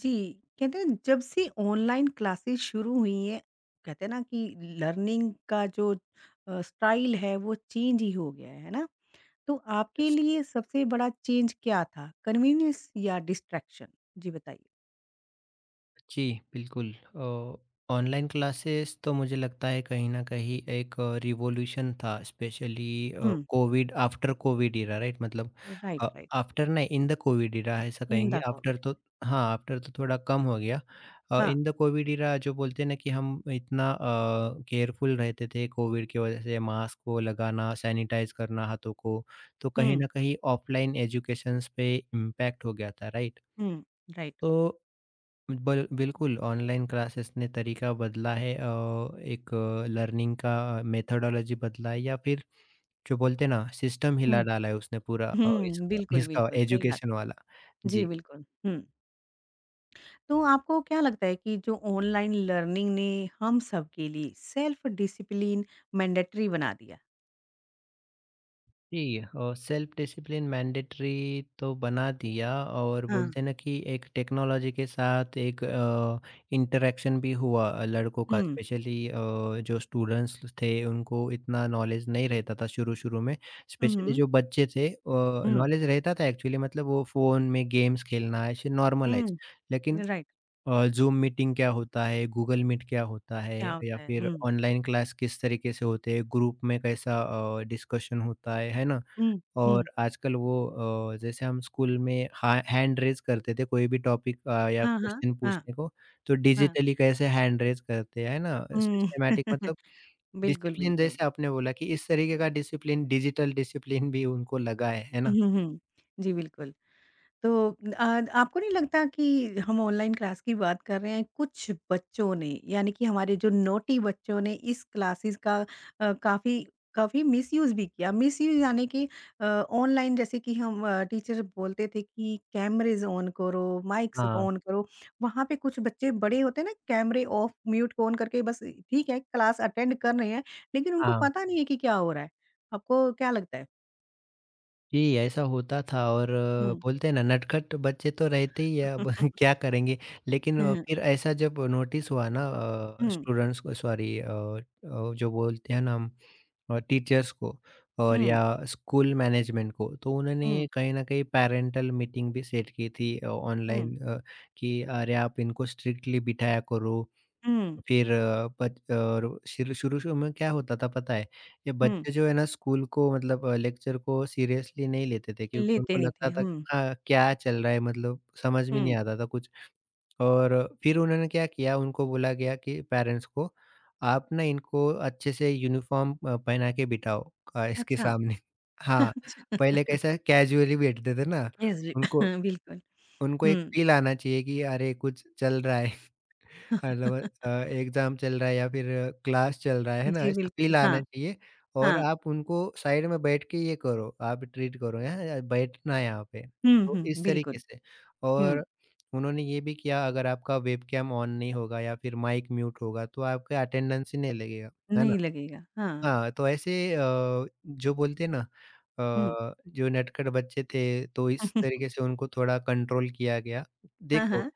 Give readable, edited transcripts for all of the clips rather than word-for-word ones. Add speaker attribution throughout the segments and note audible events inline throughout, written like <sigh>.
Speaker 1: जी, कहते हैं जब से ऑनलाइन क्लासेस शुरू हुई हैं, कहते हैं ना कि लर्निंग का जो स्टाइल है वो चेंज ही हो गया है ना? तो आपके
Speaker 2: यस,
Speaker 1: लिए सबसे बड़ा चेंज क्या था? कन्वीनियंस या डिस्ट्रैक्शन? जी बताइए।
Speaker 2: जी, बिल्कुल। ऑनलाइन क्लासेस तो मुझे लगता है कहीं न कहीं एक रिवॉल्यूशन था। Specially
Speaker 1: hmm,
Speaker 2: covid after covid era right मतलब
Speaker 1: राइट,
Speaker 2: अ,
Speaker 1: राइट।
Speaker 2: आफ्टर नहीं, इन द कोविड इरा ऐसा
Speaker 1: इन
Speaker 2: कहेंगे,
Speaker 1: द
Speaker 2: आफ्टर
Speaker 1: कोविड
Speaker 2: तो हाँ, आफ्टर तो थोड़ा कम हो गया।
Speaker 1: हाँ,
Speaker 2: इन द कोविड इरा जो बोलते हैं ना कि हम इतना केयरफुल रहते थे कोविड की वजह से, मास्क को लगाना, सैनिटाइज़ करना हाथों को, तो कहीं
Speaker 1: हुँ,
Speaker 2: न कहीं ऑफलाइन एजुकेशंस पे इम्पैक्ट हो गया था, राइट?
Speaker 1: हुँ, राइट।
Speaker 2: तो बिल्कुल, ऑनलाइन क्लासेस ने तरीका बदला है। एक लर्निंग का मेथोडोलॉजी बदला है, या फिर जो बोलते हैं ना सिस्टम
Speaker 1: हुँ,
Speaker 2: हिला डाला है उसने पूरा।
Speaker 1: हुँ,
Speaker 2: इसका
Speaker 1: बिल्कुल,
Speaker 2: इसका
Speaker 1: बिल्कुल, सही बात
Speaker 2: एजुकेशन वाला।
Speaker 1: है। जी,
Speaker 2: जी।
Speaker 1: बिल्कुल, हुँ। तो आपको क्या लगता है कि जो ऑनलाइन लर्निंग ने हम सब के लिए सेल्फ डिसिप्लिन मैंडेटरी बना दिया?
Speaker 2: जी, और सेल्फ डिसिप्लिन मैंडेटरी तो बना दिया, और
Speaker 1: हाँ।
Speaker 2: बोलते हैं ना कि एक टेक्नोलॉजी के साथ एक इंटरेक्शन भी हुआ। लड़कों का
Speaker 1: हुँ।
Speaker 2: स्पेशली, जो स्टूडेंट्स थे उनको इतना नॉलेज नहीं रहता था शुरू शुरू में,
Speaker 1: हुँ,
Speaker 2: स्पेशली
Speaker 1: हुँ।
Speaker 2: जो बच्चे थे।
Speaker 1: हुँ,
Speaker 2: नॉलेज रहता था एक्चुअली, मतलब वो फ़ोन में गेम्स खेलना ऐसे नॉर्मलाइज,
Speaker 1: हुँ।
Speaker 2: लेकिन
Speaker 1: राइट।
Speaker 2: जूम मीटिंग क्या होता है, गूगल मीट क्या होता है,
Speaker 1: क्या
Speaker 2: या
Speaker 1: होता है?
Speaker 2: फिर
Speaker 1: हुँ,
Speaker 2: ऑनलाइन क्लास किस तरीके से होते हैं, ग्रुप में कैसा डिस्कशन होता है ना?
Speaker 1: हुँ, हुँ।
Speaker 2: और आजकल वो जैसे हम स्कूल में हा हैंड रेज़ करते थे कोई भी टॉपिक या
Speaker 1: हाँ, हाँ।
Speaker 2: क्वेश्चन
Speaker 1: हाँ,
Speaker 2: पूछने को, तो
Speaker 1: हाँ।
Speaker 2: डिजिटली कैसे हैंड रेज़ करते हैं, है ना?
Speaker 1: हुँ।
Speaker 2: सिस्टमैटिक मतलब
Speaker 1: <laughs> बिल्कुल,
Speaker 2: डिसिप्लिन,
Speaker 1: बिल्कुल।
Speaker 2: जैसे आपने बोला कि इस तरीके का डिसिप्लिन, डिजिटल डिसिप्लिन भी उनको लगा है
Speaker 1: हुँ,
Speaker 2: ना?
Speaker 1: हुँ, हुँ। जी, बिल्कुल। तो आपको नहीं लगता कि हम ऑनलाइन क्लास की बात कर रहे हैं कुछ बच्चों ने यानी कि हमारे जो नोटी बच्चों ने इस क्लासेस का अ, काफी काफी मिसयूज भी किया मिसयूज यानी कि ऑनलाइन जैसे कि हम टीचर बोलते थे कि कैमरेज ऑन करो माइक्स
Speaker 2: हाँ,
Speaker 1: ऑन करो वहां पे कुछ बच्चे बड़े होते हैं ना कैमरे ऑफ म्यूट ऑन करके बस ठीक है क्लास अटेंड कर रहे हैं लेकिन उनको
Speaker 2: हाँ।
Speaker 1: पता नहीं है कि क्या हो रहा है आपको क्या लगता है
Speaker 2: जी, ऐसा होता था। और
Speaker 1: हम्म
Speaker 2: बोलते हैं ना नटखट बच्चे तो रहते ही है, अब <laughs> क्या
Speaker 1: <laughs>
Speaker 2: करेंगे? लेकिन
Speaker 1: हम्म
Speaker 2: फिर ऐसा जब नोटिस हुआ ना
Speaker 1: हम्म
Speaker 2: स्टूडेंट्स को, सॉरी जो बोलते हैं ना हम और टीचर्स को, और
Speaker 1: हम्म
Speaker 2: या स्कूल मैनेजमेंट को, तो उन्होंने
Speaker 1: हम्म
Speaker 2: कहीं न कहीं पैरेंटल मीटिंग भी सेट की थी
Speaker 1: हुँ,
Speaker 2: ऑनलाइन कि अरे आप इनको स्ट्रिक्टली बिठाया करो।
Speaker 1: हुँ,
Speaker 2: फिर अ, बच और शुरू-शुरू में क्या होता था पता है? ये
Speaker 1: हुँ।
Speaker 2: बच्चे जो है ना स्कूल को मतलब लेक्चर को सीरियसली नहीं लेते थे, क्योंकि
Speaker 1: लेते
Speaker 2: उनको
Speaker 1: नहीं थे।
Speaker 2: लगता था
Speaker 1: हुँ।
Speaker 2: हाँ, क्या चल रहा है मतलब समझ में
Speaker 1: हुँ।
Speaker 2: नहीं आता था कुछ। और फिर उन्होंने क्या किया, उनको बोला गया, कि पेरेंट्स को, आप ना इनको अच्छे से यूनिफ़ॉर्म पहना के बिठाओ इसके
Speaker 1: अच्छा।
Speaker 2: सामने। <laughs> हाँ, पहले
Speaker 1: अच्छा।
Speaker 2: कैसा कैजुअली बैठते थे ना,
Speaker 1: यस जी।
Speaker 2: उनको
Speaker 1: बिल्कुल।
Speaker 2: उनको
Speaker 1: हुँ।
Speaker 2: एक फ़ील आना चाहिए कि अरे कुछ चल रहा है। मतलब एग्ज़ाम चल रहा है या फिर क्लास चल रहा है ना?
Speaker 1: जी,
Speaker 2: ऐसा
Speaker 1: बिल्कुल।
Speaker 2: फ़ील
Speaker 1: हाँ,
Speaker 2: आना चाहिए। और
Speaker 1: हाँ।
Speaker 2: आप उनको साइड में बैठ के ये करो, आप ट्रीट करो, "यहाँ बैठना है यहाँ पे।"
Speaker 1: हुँ,
Speaker 2: तो
Speaker 1: हुँ,
Speaker 2: इस
Speaker 1: बिल्कुल।
Speaker 2: तरीके से।
Speaker 1: हुँ।
Speaker 2: और उन्होंने ये भी किया, अगर आपका वेबकैम ऑन नहीं होगा या फिर माइक म्यूट होगा, तो आपका अटेंडेंस ही नहीं लगेगा, है ना?
Speaker 1: नहीं लगेगा। हाँ।
Speaker 2: हाँ, तो ऐसे जो बोलते हैं ना
Speaker 1: हुँ।
Speaker 2: अ, जो नटखट बच्चे थे, तो इस तरीके से उनको थोड़ा कंट्रोल किया गया।
Speaker 1: हाँ,
Speaker 2: देखो,
Speaker 1: हाँ।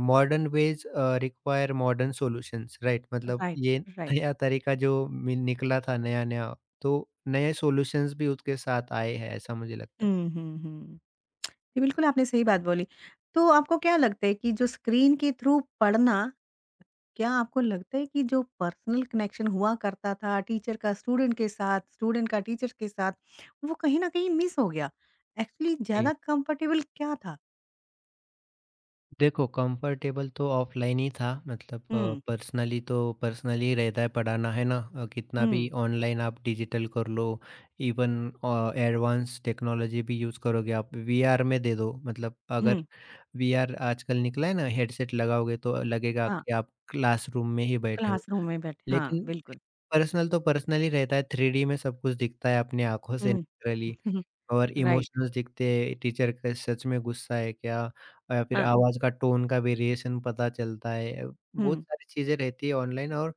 Speaker 2: Modern ways require modern solutions, right? मतलब
Speaker 1: राइट,
Speaker 2: ये
Speaker 1: राइट।
Speaker 2: नया तरीका जो निकला था, नया नया, तो नए सॉल्यूशंस भी उसके साथ आए हैं, ऐसा मुझे लगता है।
Speaker 1: हुँ, हुँ, हुँ। जी, बिल्कुल आपने सही बात बोली। तो आपको क्या लगता है कि जो स्क्रीन के थ्रू पढ़ना क्या आपको लगता है कि जो पर्सनल कनेक्शन हुआ करता था टीचर का स्टूडेंट के साथ, स्टूडेंट का टीचर के साथ, वो कहीं न कहीं मिस हो गया? एक्चुअली
Speaker 2: जी,
Speaker 1: ज़्यादा कंफर्टेबल क्या था?
Speaker 2: देखो कंफर्टेबल तो ऑफलाइन ही था, मतलब
Speaker 1: हुँ,
Speaker 2: पर्सनली तो पर्सनली रहता है पढ़ाना, है ना? कितना
Speaker 1: हुँ,
Speaker 2: भी ऑनलाइन आप डिजिटल कर लो, इवन एडवांस टेक्नोलॉजी भी यूज़ करोगे, आप वीआर में दे दो, मतलब अगर
Speaker 1: हुँ।
Speaker 2: वीआर आजकल निकला है ना, हेडसेट लगाओगे तो लगेगा
Speaker 1: हाँ,
Speaker 2: कि आप क्लासरूम में ही बैठे हो।
Speaker 1: क्लासरूम में बैठे हाँ,
Speaker 2: लेकिन
Speaker 1: बिल्कुल।
Speaker 2: पर्सनल तो पर्सनल ही रहता है, 3D में सब कुछ दिखता है अपनी आँखों से,
Speaker 1: हुँ।
Speaker 2: नेचुरली
Speaker 1: <laughs>
Speaker 2: और
Speaker 1: राइट,
Speaker 2: इमोशंस दिखते हैं, टीचर का सच में गुस्सा है क्या? फिर
Speaker 1: हाँ।
Speaker 2: आवाज़ का टोन का वेरिएशन पता चलता है। बहुत
Speaker 1: हुँ।
Speaker 2: सारी चीज़ें रहती है ऑनलाइन और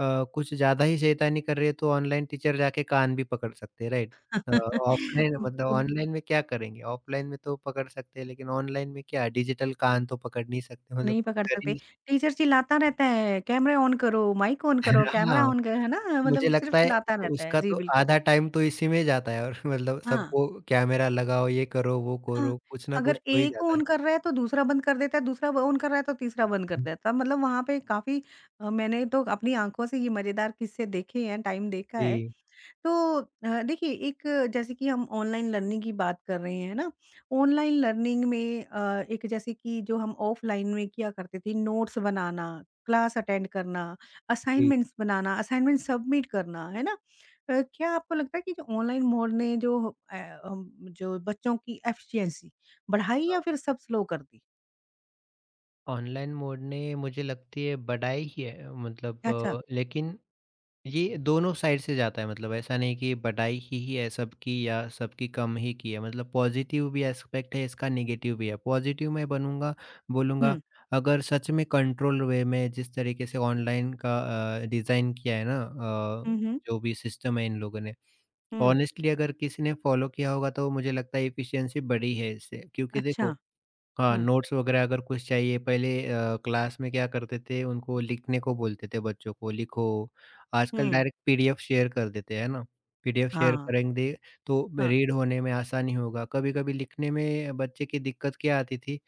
Speaker 2: कुछ ज़्यादा ही शैतानी कर रही है तो ऑनलाइन टीचर जाके कान भी पकड़ सकते हैं, राइट? अ, ऑफलाइन
Speaker 1: <laughs>
Speaker 2: मतलब
Speaker 1: बिल
Speaker 2: ऑनलाइन में क्या करेंगे? ऑफलाइन में तो पकड़ सकते हैं, लेकिन ऑनलाइन में क्या, डिजिटल कान तो पकड़ नहीं सकते, मतलब
Speaker 1: नहीं
Speaker 2: कुछ
Speaker 1: पकड़
Speaker 2: कर ही
Speaker 1: सकते।
Speaker 2: नहीं सकते।
Speaker 1: टीचर चिल्लाता रहता है, "कैमरा ऑन करो, माइक ऑन करो,
Speaker 2: <laughs> हाँ।
Speaker 1: कैमरा ऑन करो" है ना?
Speaker 2: मुझे
Speaker 1: मतलब सिर्फ
Speaker 2: लगता है
Speaker 1: चिल्लाता रहता है।
Speaker 2: उसका
Speaker 1: जी,
Speaker 2: तो
Speaker 1: बिल्कुल।
Speaker 2: आधा टाइम तो इसी में जाता है, और <laughs> मतलब
Speaker 1: हाँ।
Speaker 2: सबको कैमरा लगाओ, ये करो, वो
Speaker 1: हाँ,
Speaker 2: करो, कुछ ना
Speaker 1: अगर
Speaker 2: कुछ हो ही
Speaker 1: एक
Speaker 2: जाता
Speaker 1: ऑन
Speaker 2: है।
Speaker 1: कर रहा है तो दूसरा बंद कर देता है, दूसरा ब ऑन कर रहा है तो तीसरा बंद कर देता है। मतलब वहाँ पे काफ़ी मैंने तो अपनी आँखों से ये मज़ेदार किस्से देखे हैं, टाइम देखा है।
Speaker 2: जी,
Speaker 1: तो देखिए एक जैसे कि हम ऑनलाइन लर्निंग की बात कर रहे हैं ना ऑनलाइन लर्निंग में एक जैसे कि जो हम ऑफलाइन में किया करते थे नोट्स बनाना क्लास अटेंड करना
Speaker 2: जी।
Speaker 1: असाइनमेंट्स बनाना असाइनमेंट सबमिट करना है ना क्या आपको लगता है कि जो ऑनलाइन मोड ने अ, जो बच्चों की एफिशिएंसी बढ़ाई या
Speaker 2: हाँ,
Speaker 1: फिर सब स्लो कर दी
Speaker 2: ऑनलाइन मोड ने मुझे लगती है बढ़ाई ही है, मतलब
Speaker 1: अच्छा
Speaker 2: लेकिन ये दोनों साइड से जाता है, मतलब ऐसा नहीं कि बड़ाई ही है सबकी, या सबकी कम ही की है। मतलब पॉजिटिव भी एस्पेक्ट है इसका, नेगेटिव भी है। पॉजिटिव मैं बनूंगा बोलूंगा,
Speaker 1: हम्म
Speaker 2: अगर सच में कंट्रोल वे में जिस तरीके से ऑनलाइन का डिज़ाइन किया है ना
Speaker 1: हम्म हम्म
Speaker 2: जो भी सिस्टम है इन लोगों ने,
Speaker 1: हम्म,
Speaker 2: ऑनेस्टली अगर किसी ने फॉलो किया होगा तो मुझे लगता है इफिशियंसी बढ़ी है इससे। क्योंकि
Speaker 1: अच्छा
Speaker 2: देखो, हाँ,
Speaker 1: हम्म
Speaker 2: नोट्स वगैरह अगर कुछ चाहिए, पहले क्लास में क्या करते थे, उनको लिखने को बोलते थे, बच्चों को लिखो। आजकल
Speaker 1: हम्म
Speaker 2: डायरेक्ट पीडीएफ शेयर कर देते हैं, है ना? पीडीएफ शेयर
Speaker 1: हाँ
Speaker 2: करेंगे तो
Speaker 1: हाँ
Speaker 2: रीड होने में आसानी होगा। कभी-कभी लिखने में बच्चे की दिक्कत क्या आती थी,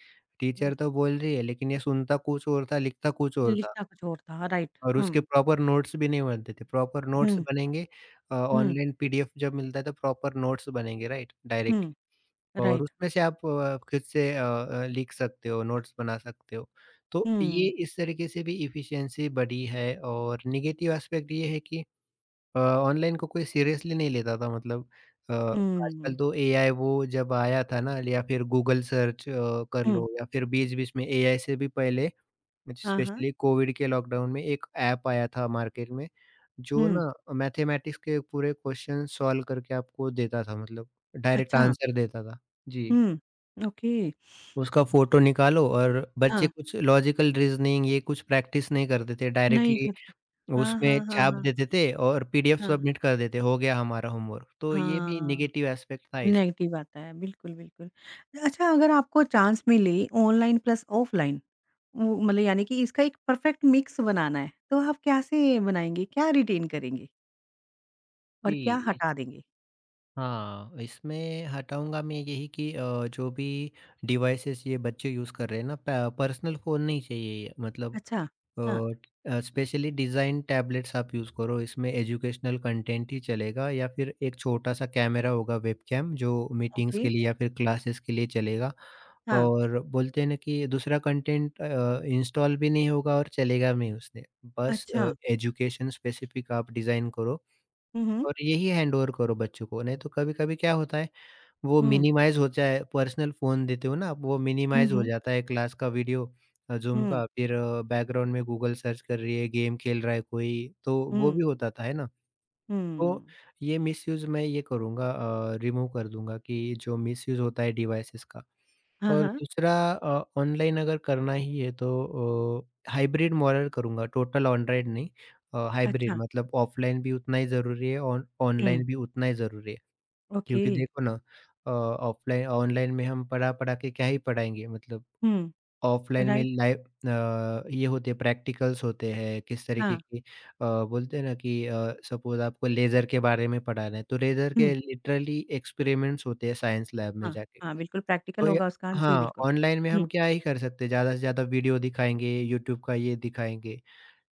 Speaker 1: अ,
Speaker 2: टीचर तो बोल रही है लेकिन ये सुनता कुछ और था, लिखता कुछ और था,
Speaker 1: लिखना कुछ और था राइट
Speaker 2: और उसके प्रॉपर नोट्स भी नहीं बनते थे। प्रॉपर नोट्स
Speaker 1: हम्म
Speaker 2: बनेंगे
Speaker 1: हुँ,
Speaker 2: ऑनलाइन पीडीएफ जब मिलता है तो प्रॉपर नोट्स बनेंगे, राइट?
Speaker 1: हुँ,
Speaker 2: डायरेक्टली। और
Speaker 1: राइट।
Speaker 2: उसमें से आप खुद से लिख सकते हो, नोट्स बना सकते हो। तो ये
Speaker 1: हुँ,
Speaker 2: इस तरीके से भी एफिशिएंसी बढ़ी है। और नेगेटिव एस्पेक्ट ये है कि ऑनलाइन को कोई सीरियसली नहीं लेता था, मतलब अ,
Speaker 1: हुँ,
Speaker 2: आजकल तो एआई वो जब आया था ना, या फिर गूगल सर्च कर
Speaker 1: हुँ।
Speaker 2: लो, या फिर बीच-बीच में एआई से भी पहले
Speaker 1: हाँ, हाँ।
Speaker 2: स्पेशली कोविड के लॉकडाउन में एक ऐप आया था मार्केट में, जो
Speaker 1: हुँ,
Speaker 2: ना मैथमेटिक्स के पूरे क्वेश्चन सॉल्व करके आपको देता था, मतलब डायरेक्ट
Speaker 1: अच्छा।
Speaker 2: आंसर देता था। जी।
Speaker 1: हुँ, ओके।
Speaker 2: उसका फ़ोटो निकालो, और बच्चे
Speaker 1: हाँ,
Speaker 2: कुछ लॉजिकल रीज़निंग ये कुछ प्रैक्टिस नहीं करते थे,
Speaker 1: नहीं
Speaker 2: डायरेक्टली
Speaker 1: करते। हाँ,
Speaker 2: उसमें
Speaker 1: हाँ, हाँ,
Speaker 2: छाप
Speaker 1: हाँ,
Speaker 2: देते थे और पीडीएफ
Speaker 1: हाँ,
Speaker 2: सबमिट कर देते, हो गया हमारा होमवर्क। तो ये भी
Speaker 1: हाँ।
Speaker 2: नेगेटिव एस्पेक्ट था इस।
Speaker 1: नेगेटिव आता है, बिल्कुल, बिल्कुल। अच्छा अगर आपको चांस मिले ऑनलाइन प्लस ऑफलाइन वो मतलब यानी कि इसका एक परफेक्ट मिक्स बनाना है, तो आप कैसे बनाएँगे? क्या रिटेन करेंगे और
Speaker 2: जी,
Speaker 1: क्या
Speaker 2: इस
Speaker 1: हटा देंगे?
Speaker 2: हाँ, इसमें हटाऊँगा मैं यही कि जो भी डिवाइसेज़ ये बच्चे यूज़ कर रहे हैं ना, प पर्सनल फ़ोन नहीं चाहिए ये, मतलब।
Speaker 1: अच्छा, हाँ,
Speaker 2: और स्पेशली डिज़ाइन टैबलेट्स आप यूज़ करो, इसमें एजुकेशनल कंटेंट ही चलेगा, या फिर एक छोटा-सा कैमरा होगा वेबकैम जो मीटिंग्स
Speaker 1: ओके,
Speaker 2: के लिए या फिर क्लासेस के लिए चलेगा।
Speaker 1: हाँ,
Speaker 2: और बोलते हैं ना कि दूसरा कंटेंट इंस्टॉल भी नहीं होगा और चलेगा भी नहीं उससे। बस
Speaker 1: अच्छा।
Speaker 2: एजुकेशन स्पेसिफिक आप डिज़ाइन करो
Speaker 1: हुँ, हुँ,
Speaker 2: और यही हैंडओवर करो बच्चों को, नहीं तो कभी-कभी क्या होता है, वो
Speaker 1: हुँ,
Speaker 2: मिनिमाइज़ हो जाए, पर्सनल फ़ोन देते हो ना आप, वो
Speaker 1: हुँ,
Speaker 2: मिनिमाइज़ हो
Speaker 1: हुँ,
Speaker 2: जाता है क्लास का वीडियो ज़ूम
Speaker 1: हुँ,
Speaker 2: का, फिर बैकग्राउंड में गूगल सर्च कर रही है, गेम खेल रहा है कोई, तो वो
Speaker 1: हुँ।
Speaker 2: भी होता था, है ना? तो
Speaker 1: हुँ।
Speaker 2: ये मिसयूज़ मैं ये करूँगा रिमूव कर दूँगा, कि जो मिसयूज़ होता है डिवाइसेज़ का।
Speaker 1: हाँ,
Speaker 2: और
Speaker 1: हाँ।
Speaker 2: दूसरा ऑनलाइन अगर करना ही है तो हाइब्रिड मॉडल करूँगा, टोटल ऑनलाइन नहीं। हाइब्रिड
Speaker 1: अच्छा,
Speaker 2: मतलब ऑफलाइन भी उतना ही ज़रूरी है और
Speaker 1: हुँ,
Speaker 2: ऑनलाइन भी उतना ही ज़रूरी है।
Speaker 1: ओके,
Speaker 2: क्योंकि देखो ना ऑफ़लाइन ऑनलाइन में हम पढ़ा-पढ़ा के क्या ही पढ़ाएँगे, मतलब
Speaker 1: हुँ,
Speaker 2: ऑफ़लाइन में
Speaker 1: राइट,
Speaker 2: लाइव ये होते हैं, प्रैक्टिकल्स होते हैं, किस तरीके
Speaker 1: हाँ,
Speaker 2: की बोलते हैं ना कि सपोज़ आपको लेज़र के बारे में पढ़ाना है, तो लेज़र
Speaker 1: हुँ,
Speaker 2: के लिटरली एक्सपेरिमेंट्स होते हैं साइंस लैब में
Speaker 1: हाँ,
Speaker 2: जाके।
Speaker 1: हाँ, बिल्कुल प्रैक्टिकल
Speaker 2: तो ये
Speaker 1: होगा उसका, जी
Speaker 2: हाँ,
Speaker 1: बिल्कुल।
Speaker 2: ऑनलाइन में
Speaker 1: हुँ,
Speaker 2: हम क्या ही कर सकते हैं, ज़्यादा से ज़्यादा वीडियो दिखाएँगे, यूट्यूब का ये दिखाएँगे।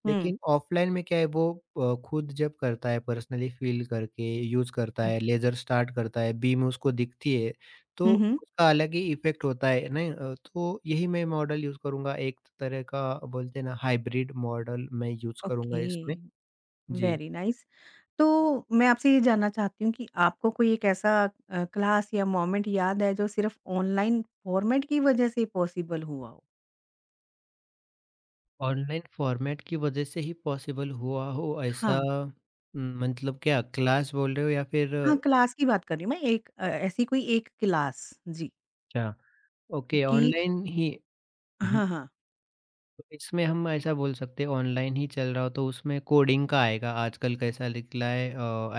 Speaker 1: हुँ,
Speaker 2: लेकिन ऑफ़लाइन में क्या है वो खुद जब करता है, पर्सनली फ़ील करके यूज़ करता
Speaker 1: हुँ,
Speaker 2: है, लेज़र स्टार्ट करता है, बीम उसको दिखती है, तो
Speaker 1: हुँ, हुँ,
Speaker 2: उसका अलग ही इफ़ेक्ट होता है। नहीं तो यही मैं मॉडल यूज़ करूँगा, एक तरह का बोलते हैं ना हाइब्रिड मॉडल, मैं यूज़ करूँगा
Speaker 1: ओके,
Speaker 2: इसमें। जी।
Speaker 1: Very nice. तो मैं आपसे ये जानना चाहती हूँ कि आपको कोई एक ऐसा क्लास या मोमेंट याद है जो सिर्फ़ ऑनलाइन फॉर्मेट की वज़ह से पॉसिबल हुआ हो?
Speaker 2: ऑनलाइन फ़ॉर्मेट की वज़ह से ही पॉसिबल हुआ हो ऐसा,
Speaker 1: हाँ।
Speaker 2: मतलब क्या क्लास बोल रहे हो या फिर
Speaker 1: हाँ, क्लास की बात कर रही हूँ मैं, एक ऐसी कोई एक क्लास, जी,
Speaker 2: अच्छा। ओके,
Speaker 1: कि
Speaker 2: ऑनलाइन ही,
Speaker 1: हाँ, हाँ,
Speaker 2: तो इसमें हम ऐसा बोल सकते हैं, ऑनलाइन ही चल रहा हो तो उसमें कोडिंग का आएगा। आजकल कैसा निकला है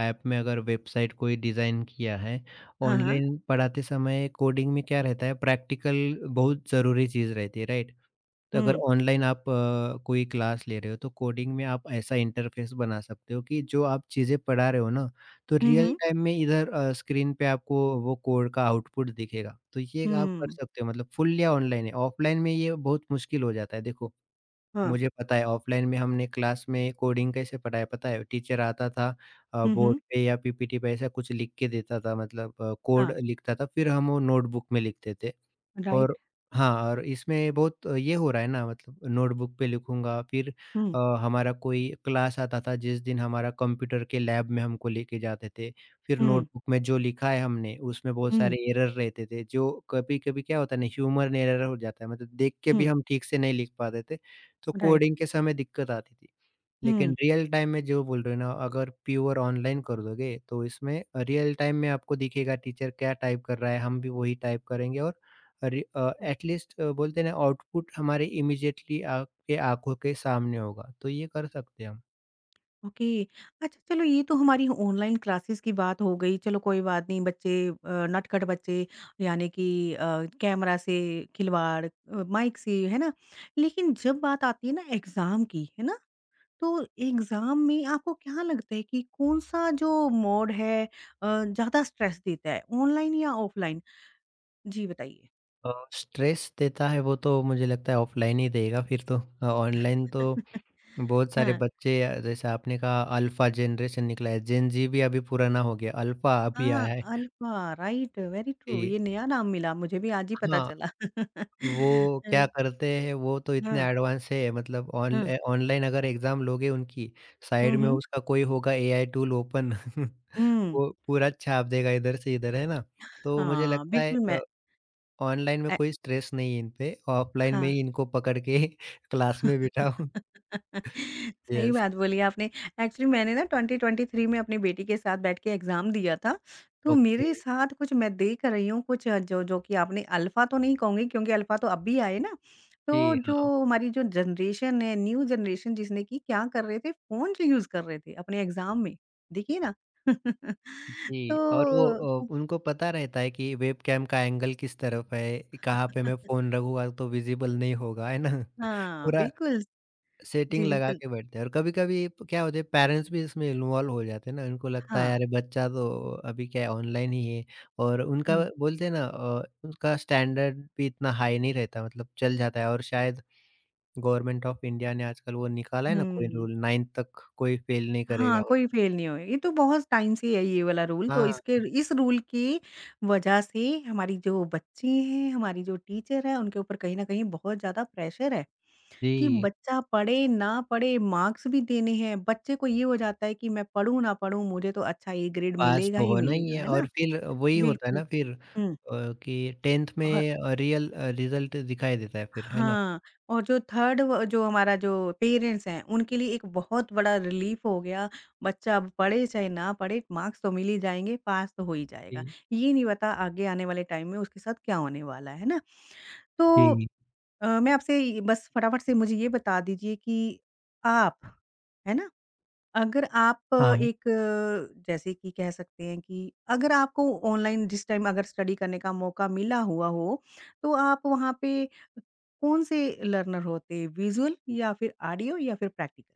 Speaker 2: ऐप में, अगर वेबसाइट कोई डिज़ाइन किया है,
Speaker 1: हाँ, हाँ,
Speaker 2: ऑनलाइन पढ़ाते समय कोडिंग में क्या रहता है, प्रैक्टिकल बहुत ज़रूरी चीज़ रहती है, राइट? तो अगर
Speaker 1: हुँ,
Speaker 2: ऑनलाइन आप कोई क्लास ले रहे हो, तो कोडिंग में आप ऐसा इंटरफेस बना सकते हो कि जो आप चीज़ें पढ़ा रहे हो ना, तो
Speaker 1: हुँ,
Speaker 2: रियल
Speaker 1: हुँ,
Speaker 2: टाइम में इधर स्क्रीन पे आपको वो कोड का आउटपुट दिखेगा। तो ये आप कर
Speaker 1: हुँ,
Speaker 2: सकते हो, मतलब फुल या ऑनलाइन है, ऑफलाइन में ये बहुत मुश्किल हो जाता है। देखो,
Speaker 1: हाँ।
Speaker 2: मुझे पता है ऑफलाइन में हमने क्लास में कोडिंग कैसे पढ़ाया, पता है? टीचर आता था,
Speaker 1: हुँ,
Speaker 2: बोर्ड
Speaker 1: हुँ।
Speaker 2: पे या पीपीटी पे ऐसा कुछ लिख के देता था, मतलब कोड
Speaker 1: हाँ,
Speaker 2: लिखता था, फिर हम वो नोटबुक में लिखते थे। और
Speaker 1: राइट।
Speaker 2: हाँ, और इसमें बहुत ये हो रहा है ना, मतलब नोटबुक पे लिखूँगा, फिर
Speaker 1: हुँ,
Speaker 2: हमारा कोई क्लास आता था जिस दिन हमारा कंप्यूटर के लैब में हमको लेके जाते थे। फिर
Speaker 1: हुँ,
Speaker 2: नोटबुक में जो लिखा है हमने, उसमें बहुत
Speaker 1: हुँ,
Speaker 2: सारे एरर रहते थे, जो कभी-कभी क्या होता है ना, ह्यूमन एरर हो जाता है, मतलब देख के
Speaker 1: हुँ,
Speaker 2: भी हम ठीक से नहीं लिख पाते थे, तो
Speaker 1: राइट।
Speaker 2: कोडिंग के समय दिक्कत आती थी। लेकिन
Speaker 1: हुँ,
Speaker 2: रियल टाइम में जो बोल रहे हो ना, अगर प्योर ऑनलाइन कर दोगे, तो इसमें रियल टाइम में आपको दिखेगा टीचर क्या टाइप कर रहा है, हम भी वही टाइप करेंगे और अरे
Speaker 1: हुँ,
Speaker 2: एटलीस्ट बोलते हैं ना आउटपुट हमारे इमीडिएटली आपके आँखों के सामने होगा, तो ये कर सकते हैं हम।
Speaker 1: ओके। अच्छा चलो ये तो हमारी ऑनलाइन क्लासेस की बात हो गई, चलो कोई बात नहीं बच्चे नटखट बच्चे यानी कि कैमरा से खिलवाड़ माइक से, है ना? लेकिन जब बात आती है ना एग्ज़ाम की, है ना? तो एग्ज़ाम में आपको क्या लगता है कि कौन-सा जो मोड है ज़्यादा स्ट्रेस देता है, ऑनलाइन या ऑफलाइन? जी बताइए।
Speaker 2: स्ट्रेस देता है वो तो मुझे लगता है ऑफ़लाइन ही देगा फिर तो, ऑनलाइन तो बहुत सारे
Speaker 1: हाँ।
Speaker 2: बच्चे जैसे आपने कहा अल्फ़ा जनरेशन निकला है, जेन ज़ी भी अभी पुराना हो गया, अल्फ़ा अभी
Speaker 1: हाँ,
Speaker 2: आया है।
Speaker 1: अल्फ़ा राइट वेरी ट्रू
Speaker 2: जी,
Speaker 1: ये नया नाम मिला मुझे भी आज ही पता
Speaker 2: हाँ,
Speaker 1: चला। <laughs>
Speaker 2: वो
Speaker 1: अ,
Speaker 2: क्या करते हैं, वो तो इतने
Speaker 1: हाँ,
Speaker 2: एडवांस है, मतलब ऑन
Speaker 1: हाँ।
Speaker 2: ए ऑनलाइन अगर एग्ज़ाम लोगे उनकी,
Speaker 1: हुँ,
Speaker 2: साइड में
Speaker 1: हुँ।
Speaker 2: उसका कोई होगा एआई टूल ओपन। <laughs>
Speaker 1: हुँ,
Speaker 2: वो पूरा छाप देगा इधर से इधर, है ना? तो मुझे
Speaker 1: हाँ,
Speaker 2: लगता है
Speaker 1: बिल्कुल मैं
Speaker 2: ऑनलाइन में
Speaker 1: ए
Speaker 2: कोई स्ट्रेस नहीं है इन पे, ऑफलाइन में
Speaker 1: हाँ।
Speaker 2: ही इनको पकड़ के <laughs> क्लास में बिठाओ।
Speaker 1: <laughs> सही
Speaker 2: यस,
Speaker 1: बात बोली आपने। एक्चुअली मैंने ना 2023 में अपनी बेटी के साथ बैठ के एग्ज़ाम दिया था। तो
Speaker 2: ओके।
Speaker 1: मेरे साथ कुछ मैं देख रही हूँ कुछ जो जो कि आपने अल्फ़ा तो नहीं कहूँगी क्योंकि अल्फ़ा तो अभी आए ना। तो
Speaker 2: जी,
Speaker 1: जो
Speaker 2: हाँ।
Speaker 1: हमारी जो जनरेशन है, न्यू जनरेशन जिसने कि क्या कर रहे थे फ़ोन जो यूज़ कर रहे थे अपने एग्ज़ाम में, देखिए ना। <laughs>
Speaker 2: जी, और वो
Speaker 1: तो
Speaker 2: उनको पता रहता है कि वेबकैम का एंगल किस तरफ है, कहाँ पे मैं
Speaker 1: <laughs>
Speaker 2: फ़ोन रखूँगा तो विज़िबल नहीं होगा, है ना? <laughs>
Speaker 1: हाँ,
Speaker 2: पूरा
Speaker 1: बिल्कुल।
Speaker 2: सेटिंग
Speaker 1: जी,
Speaker 2: लगा
Speaker 1: बिल्कुल।
Speaker 2: के बैठते हैं। और कभी-कभी प क्या होता है, पेरेंट्स भी इसमें इन्वॉल्व हो जाते हैं ना, उनको लगता है
Speaker 1: हाँ।
Speaker 2: अरे बच्चा तो अभी क्या है ऑनलाइन ही है, और उनका
Speaker 1: हुँ,
Speaker 2: बोलते हैं ना उनका स्टैंडर्ड भी इतना हाई नहीं रहता, मतलब चल जाता है। और शायद गवर्नमेंट ऑफ इंडिया ने आजकल वो निकाला है ना कोई
Speaker 1: हुँ।
Speaker 2: रूल, 9th तक कोई फेल नहीं करेगा
Speaker 1: हाँ,
Speaker 2: मतलब।
Speaker 1: कोई फेल नहीं होएगी, ये तो बहुत टाइम से है ये वाला रूल, तो
Speaker 2: हाँ,
Speaker 1: इसके इस रूल की वजह से हमारी जो बच्चे हैं, हमारी जो टीचर है, उनके ऊपर कहीं न कहीं बहुत ज़्यादा प्रेशर है कि
Speaker 2: जी,
Speaker 1: बच्चा पढ़े, ना पढ़े, मार्क्स भी देने हैं। बच्चे को ये हो जाता है कि मैं पढ़ूँ, ना पढ़ूँ, मुझे तो अच्छा ए ग्रेड
Speaker 2: पास
Speaker 1: मिलेगा
Speaker 2: तो
Speaker 1: ही
Speaker 2: होना ही
Speaker 1: मिलेगा,
Speaker 2: है
Speaker 1: है ना?
Speaker 2: और फिर वही होता है
Speaker 1: बिल्कुल।
Speaker 2: ना फिर
Speaker 1: हुँ।
Speaker 2: कि 10th में रियल रिज़ल्ट दिखाई देता है फिर, है ना?
Speaker 1: हाँ, और जो 3rd व जो हमारा जो पेरेंट्स हैं, उनके लिए एक बहुत बड़ा रिलीफ़ हो गया, बच्चा अब पढ़े चाहे ना पढ़े, मार्क्स तो मिल ही जाएँगे, पास तो हो ही जाएगा।
Speaker 2: जी,
Speaker 1: ये नहीं पता आगे आने वाले टाइम में उसके साथ क्या होने वाला है ना? तो
Speaker 2: जी,
Speaker 1: अ, मैं आपसे ये बस फटाफट से मुझे ये बता दीजिए कि आप, है ना? अगर आप अ,
Speaker 2: हाँ।
Speaker 1: एक अ, जैसे कि कह सकते हैं कि अगर आपको ऑनलाइन जिस टाइम अगर स्टडी करने का मौका मिला हुआ हो, तो आप वहाँ पे कौन से लर्नर होते हैं? विज़ुअल या फिर ऑडियो या फिर प्रैक्टिकल?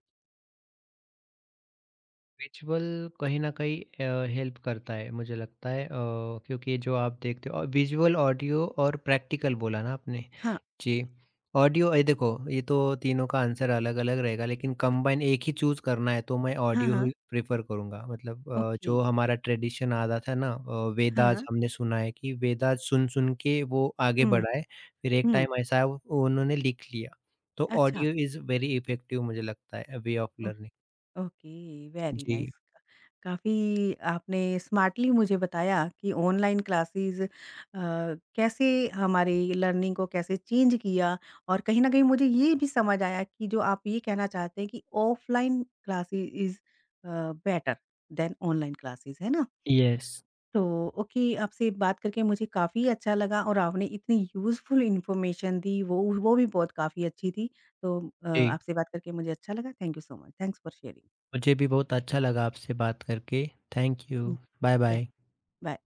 Speaker 2: रिचुअल कहीं न कहीं हेल्प करता है मुझे लगता है क्योंकि जो आप देखते हो विजुअल, ऑडियो और प्रैक्टिकल बोला ना आपने?
Speaker 1: हाँ,
Speaker 2: जी। ऑडियो, ये तो तीनों का आंसर अलग-अलग रहेगा, लेकिन कंबाइन एक ही चूज़ करना है तो मैं
Speaker 1: हाँ,
Speaker 2: ऑडियो ही
Speaker 1: हाँ।
Speaker 2: प्रेफ़र करूँगा। मतलब
Speaker 1: ओके।
Speaker 2: जो हमारा ट्रेडिशन आ रहा था ना वेदास,
Speaker 1: हाँ।
Speaker 2: हमने सुना है कि वेदास सुन-सुन के वो आगे
Speaker 1: हुँ,
Speaker 2: बढ़ा है। फिर एक
Speaker 1: हुँ,
Speaker 2: टाइम ऐसा है उन्होंने लिख लिया। तो
Speaker 1: अच्छा।
Speaker 2: ऑडियो इज़ वेरी इफ़ेक्टिव, मुझे लगता है वे ऑफ
Speaker 1: ओ
Speaker 2: लर्निंग।
Speaker 1: ओके, वेरी
Speaker 2: जी।
Speaker 1: नाइस। काफ़ी आपने स्मार्टली मुझे बताया कि ऑनलाइन क्लासेज़ कैसे हमारी लर्निंग को कैसे चेंज किया और कहीं न कहीं मुझे ये भी समझ आया कि जो आप ये कहना चाहते हैं कि offline classes is uh, better than online classes, है ना?
Speaker 2: यस।
Speaker 1: तो ओके आपसे बात करके मुझे काफ़ी अच्छा लगा और आपने इतनी यूज़फुल इन्फॉर्मेशन दी वो भी बहुत काफ़ी अच्छी थी। तो
Speaker 2: जी,
Speaker 1: आपसे बात करके मुझे अच्छा लगा। Thank you so much. Thanks for sharing.
Speaker 2: मुझे भी बहुत अच्छा लगा आपसे बात करके। Thank
Speaker 1: hmm,
Speaker 2: you. बाय
Speaker 1: या
Speaker 2: बाय।
Speaker 1: बाय।